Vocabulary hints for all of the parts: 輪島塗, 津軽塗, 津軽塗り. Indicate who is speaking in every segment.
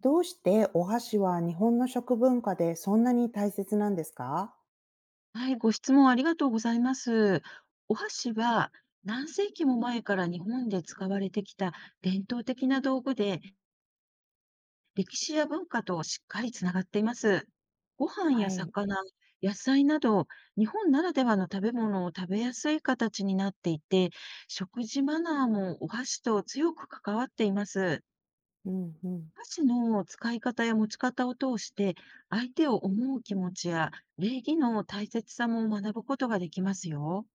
Speaker 1: どうしてお箸は日本の食文化でそんなに大切なんですか？
Speaker 2: はい、ご質問ありがとうございます。お箸は何世紀も前から日本で使われてきた伝統的な道具で、歴史や文化としっかりつながっています。ご飯
Speaker 1: は
Speaker 2: や
Speaker 1: い。
Speaker 2: 魚、野菜など、日本ならではの食べ物を食べやすい形になっていて、食事マナーもお箸と強く関わっています。
Speaker 1: うんうん。
Speaker 2: 箸の使い方や持ち方を通して、相手を思う気持ちや礼儀の大切さも学ぶことができますよ。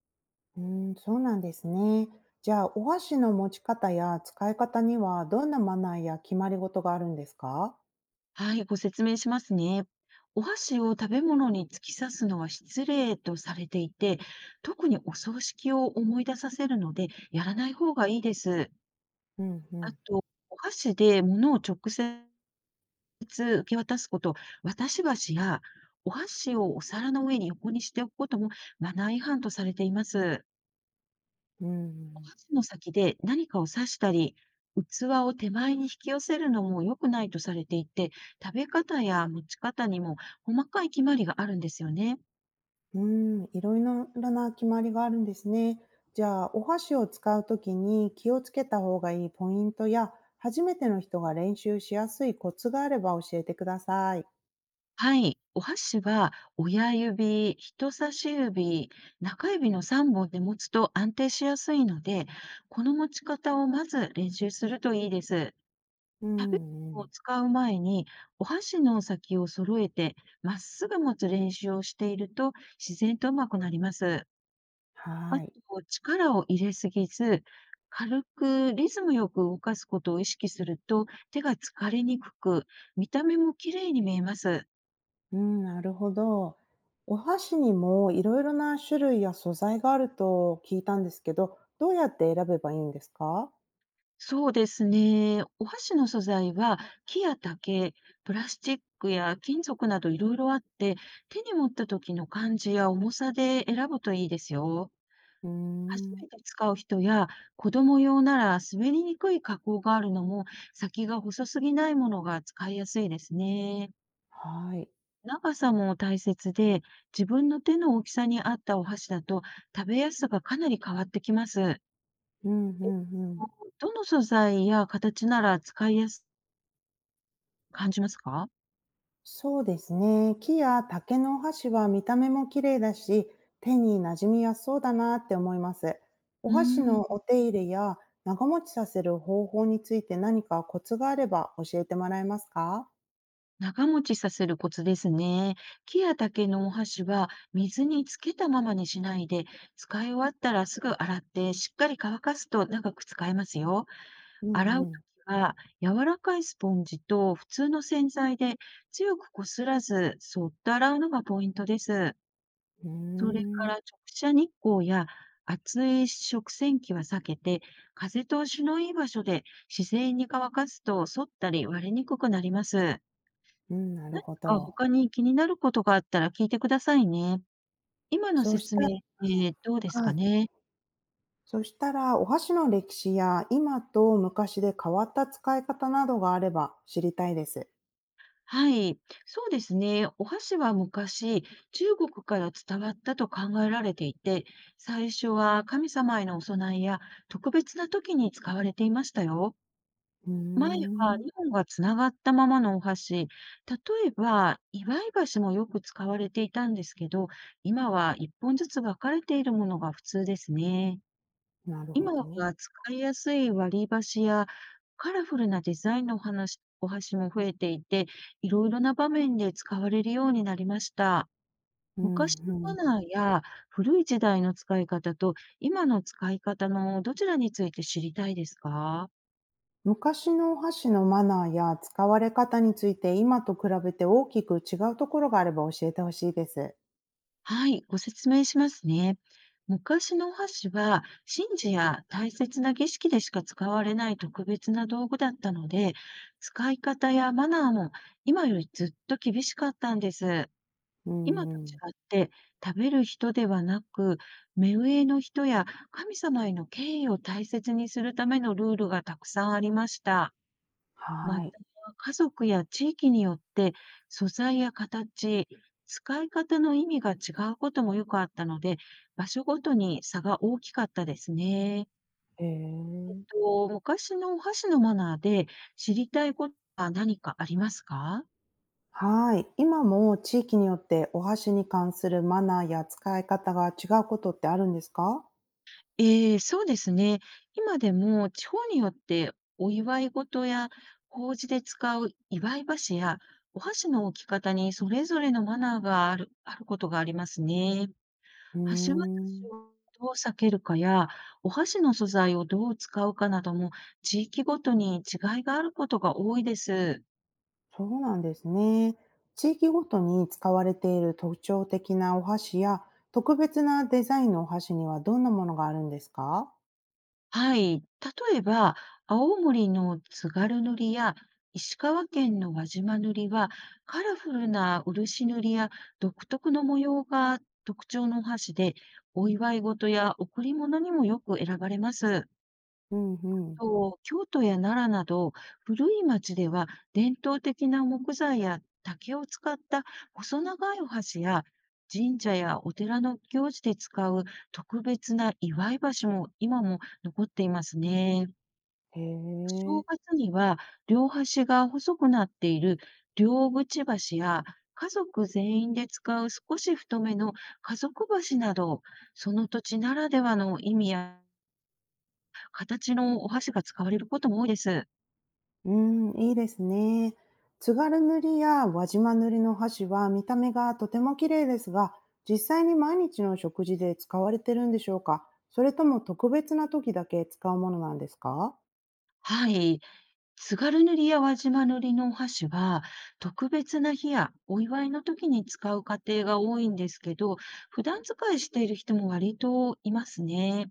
Speaker 1: うん、そうなんですね。じゃあ、お箸の持ち方や使い方にはどんなマナーや決まり事があるんですか？
Speaker 2: はい、ご説明しますね。お箸を食べ物に突き刺すのは失礼とされていて、特にお葬式を思い出させるので、やらない方がいいです。
Speaker 1: うんう
Speaker 2: あ
Speaker 1: ん。
Speaker 2: と、お箸で物を直接受け渡すこと、渡し箸やお箸をお皿の上に横にしておくこともマナー違反とされています。
Speaker 1: う
Speaker 2: お
Speaker 1: ん。
Speaker 2: 箸の先で何かを刺したり、器を手前に引き寄せるのも良くないとされていて、食べ方や持ち方にも細かい決まりがあるんですよね。
Speaker 1: うん、いろいろな決まりがあるんですね。じゃあ、お箸を使うときに気をつけた方がいいポイントや、初めての人が練習しやすいコツがあれば教えてください。
Speaker 2: はい。お箸は親指、人差し指、中指の3本で持つと安定しやすいので、この持ち方をまず練習するといいです。
Speaker 1: う
Speaker 2: 食べ
Speaker 1: んう
Speaker 2: 物を
Speaker 1: ん。
Speaker 2: 使う前に、お箸の先を揃えて、まっすぐ持つ練習をしていると、自然とうまくなります。あ
Speaker 1: は
Speaker 2: と、
Speaker 1: い。
Speaker 2: 力を入れすぎず、軽くリズムよく動かすことを意識すると、手が疲れにくく、見た目も綺麗に見えます。
Speaker 1: うん、なるほど。お箸にもいろいろな種類や素材があると聞いたんですけど、どうやって選べばいいんですか？
Speaker 2: そうですね。お箸の素材は木や竹、プラスチックや金属などいろいろあって、手に持った時の感じや重さで選ぶといいですよ。
Speaker 1: うー
Speaker 2: 初
Speaker 1: ん、
Speaker 2: めて使う人や子供用なら滑りにくい加工があるのも先が細すぎないものが使いやすいですね。
Speaker 1: はい。
Speaker 2: 長さも大切で、自分の手の大きさに合ったお箸だと、食べやすさがかなり変わってきます。
Speaker 1: うんうんうん。
Speaker 2: どの素材や形なら使いやすく感じますか？
Speaker 1: そうですね。木や竹のお箸は見た目も綺麗だし、手に馴染みやすそうだなって思います。お
Speaker 2: う
Speaker 1: 箸
Speaker 2: ー
Speaker 1: の
Speaker 2: ん、
Speaker 1: お手入れや長持ちさせる方法について何かコツがあれば教えてもらえますか？
Speaker 2: 長持ちさせるコツですね。木や竹のお箸は水につけたままにしないで、使い終わったらすぐ洗ってしっかり乾かすと長く使えますよ。
Speaker 1: う
Speaker 2: 洗う
Speaker 1: んう
Speaker 2: 時
Speaker 1: ん。
Speaker 2: は、柔らかいスポンジと普通の洗剤で強くこすらず、そっと洗うのがポイントです。
Speaker 1: うー
Speaker 2: それから
Speaker 1: ん、
Speaker 2: 直射日光や熱い食洗機は避けて、風通しのいい場所で自然に乾かすと反ったり割れにくくなります。
Speaker 1: うん、なる
Speaker 2: 何
Speaker 1: ほ
Speaker 2: か
Speaker 1: ど。
Speaker 2: 他に気になることがあったら聞いてくださいね。今の
Speaker 1: そうし
Speaker 2: 説
Speaker 1: た
Speaker 2: 明っ
Speaker 1: あの
Speaker 2: てどうです
Speaker 1: は
Speaker 2: か
Speaker 1: い。
Speaker 2: ね？
Speaker 1: そしたら、お箸の歴史や今と昔で変わった使い方などがあれば知りたいです。
Speaker 2: はい、そうですね。お箸は昔、中国から伝わったと考えられていて、最初は神様へのお供えや特別な時に使われていましたよ。
Speaker 1: うー
Speaker 2: 前は
Speaker 1: ん、
Speaker 2: 日本がつながったままのお箸、例えば祝い箸もよく使われていたんですけど、今は1本ずつ分かれているものが普通ですね。
Speaker 1: なるほ
Speaker 2: 今は
Speaker 1: ど。
Speaker 2: 使いやすい割り箸やカラフルなデザインのお話お箸も増えていて、いろいろな場面で使われるようになりました。
Speaker 1: うん
Speaker 2: 昔の
Speaker 1: う
Speaker 2: マ
Speaker 1: ん。
Speaker 2: ナーや古い時代の使い方と今の使い方のどちらについて知りたいですか？
Speaker 1: 昔のお箸のマナーや使われ方について、今と比べて大きく違うところがあれば教えてほしいです。
Speaker 2: はい、ご説明しますね。昔のお箸は、神事や大切な儀式でしか使われない特別な道具だったので、使い方やマナーも今よりずっと厳しかったんです。
Speaker 1: う
Speaker 2: 今
Speaker 1: んう
Speaker 2: と違
Speaker 1: ん。
Speaker 2: って、食べる人ではなく、目上の人や神様への敬意を大切にするためのルールがたくさんありました。ま
Speaker 1: は
Speaker 2: た、
Speaker 1: い。
Speaker 2: 家族や地域によって素材や形、使い方の意味が違うこともよくあったので、場所ごとに差が大きかったですね。
Speaker 1: へえ。
Speaker 2: と、昔のお箸のマナーで知りたいことは何かありますか？
Speaker 1: はい。今も地域によってお箸に関するマナーや使い方が違うことってあるんですか？
Speaker 2: ええ、そうですね。今でも地方によってお祝い事や法事で使う祝い箸やお箸の置き方にそれぞれのマナーがあるあることがありますね。
Speaker 1: うー
Speaker 2: 橋渡し
Speaker 1: ん。
Speaker 2: をどう避けるかや、お箸の素材をどう使うかなども、地域ごとに違いがあることが多いです。
Speaker 1: そうなんですね。地域ごとに使われている特徴的なお箸や、特別なデザインのお箸にはどんなものがあるんですか？
Speaker 2: はい。例えば、青森の津軽塗や石川県の輪島塗は、カラフルな漆塗りや独特の模様が特徴のお箸で、お祝い事や贈り物にもよく選ばれます。
Speaker 1: うんうん。
Speaker 2: と、京都や奈良など古い町では伝統的な木材や竹を使った細長いお箸や神社やお寺の行事で使う特別な祝い箸も今も残っていますね。
Speaker 1: へ
Speaker 2: お正
Speaker 1: え。
Speaker 2: 月には両端が細くなっている両口橋や家族全員で使う少し太めの家族橋など、その土地ならではの意味や形のお箸が使われることも多いです。
Speaker 1: うん、いいですね。津軽塗りや輪島塗りの箸は見た目がとても綺麗ですが、実際に毎日の食事で使われてるんでしょうか？それとも特別な時だけ使うものなんですか？
Speaker 2: はい。津軽塗や輪島塗のお箸は、特別な日やお祝いの時に使う家庭が多いんですけど、普段使いしている人も割といますね。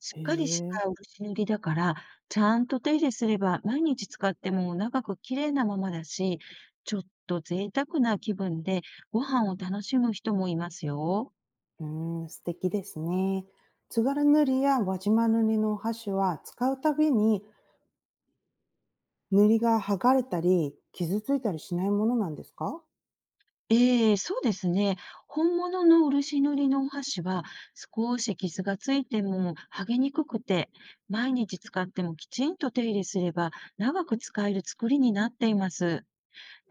Speaker 2: し
Speaker 1: へ
Speaker 2: っかりし
Speaker 1: え。
Speaker 2: た漆塗りだから、ちゃんと手入れすれば毎日使っても長く綺麗なままだし、ちょっと贅沢な気分でご飯を楽しむ人もいますよ。
Speaker 1: うーん、素敵ですね。津軽塗や輪島塗のお箸は使うたびに塗りが剥がれたり傷ついたりしないものなんですか？
Speaker 2: ええ、そうですね。本物の漆塗りのお箸は、少し傷がついても剥げにくくて、毎日使ってもきちんと手入れすれば、長く使える作りになっています。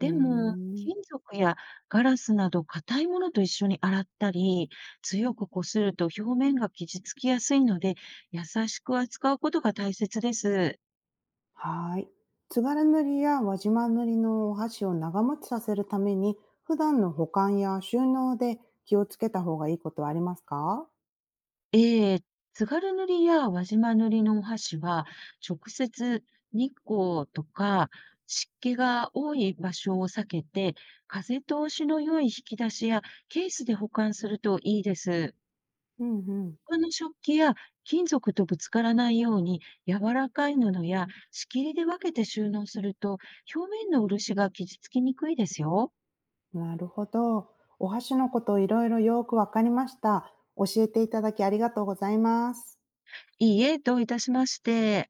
Speaker 1: うー
Speaker 2: も、
Speaker 1: ん、
Speaker 2: 金属やガラスなど硬いものと一緒に洗ったり、強くこすると表面が傷つきやすいので、優しく扱うことが大切です。
Speaker 1: はーい。津軽塗や輪島塗のお箸を長持ちさせるために普段の保管や収納で気をつけた方がいいことはありますか？
Speaker 2: ええ、津軽塗や輪島塗のお箸は、直接日光とか湿気が多い場所を避けて、風通しの良い引き出しやケースで保管するといいです。
Speaker 1: うんうん。
Speaker 2: 他の食器や金属とぶつからないように、柔らかい布や仕切りで分けて収納すると、表面の漆が傷つきにくいですよ。
Speaker 1: なるほど。お箸のこといろいろよくわかりました。教えていただきありがとうございます。
Speaker 2: いいえ、どういたしまして。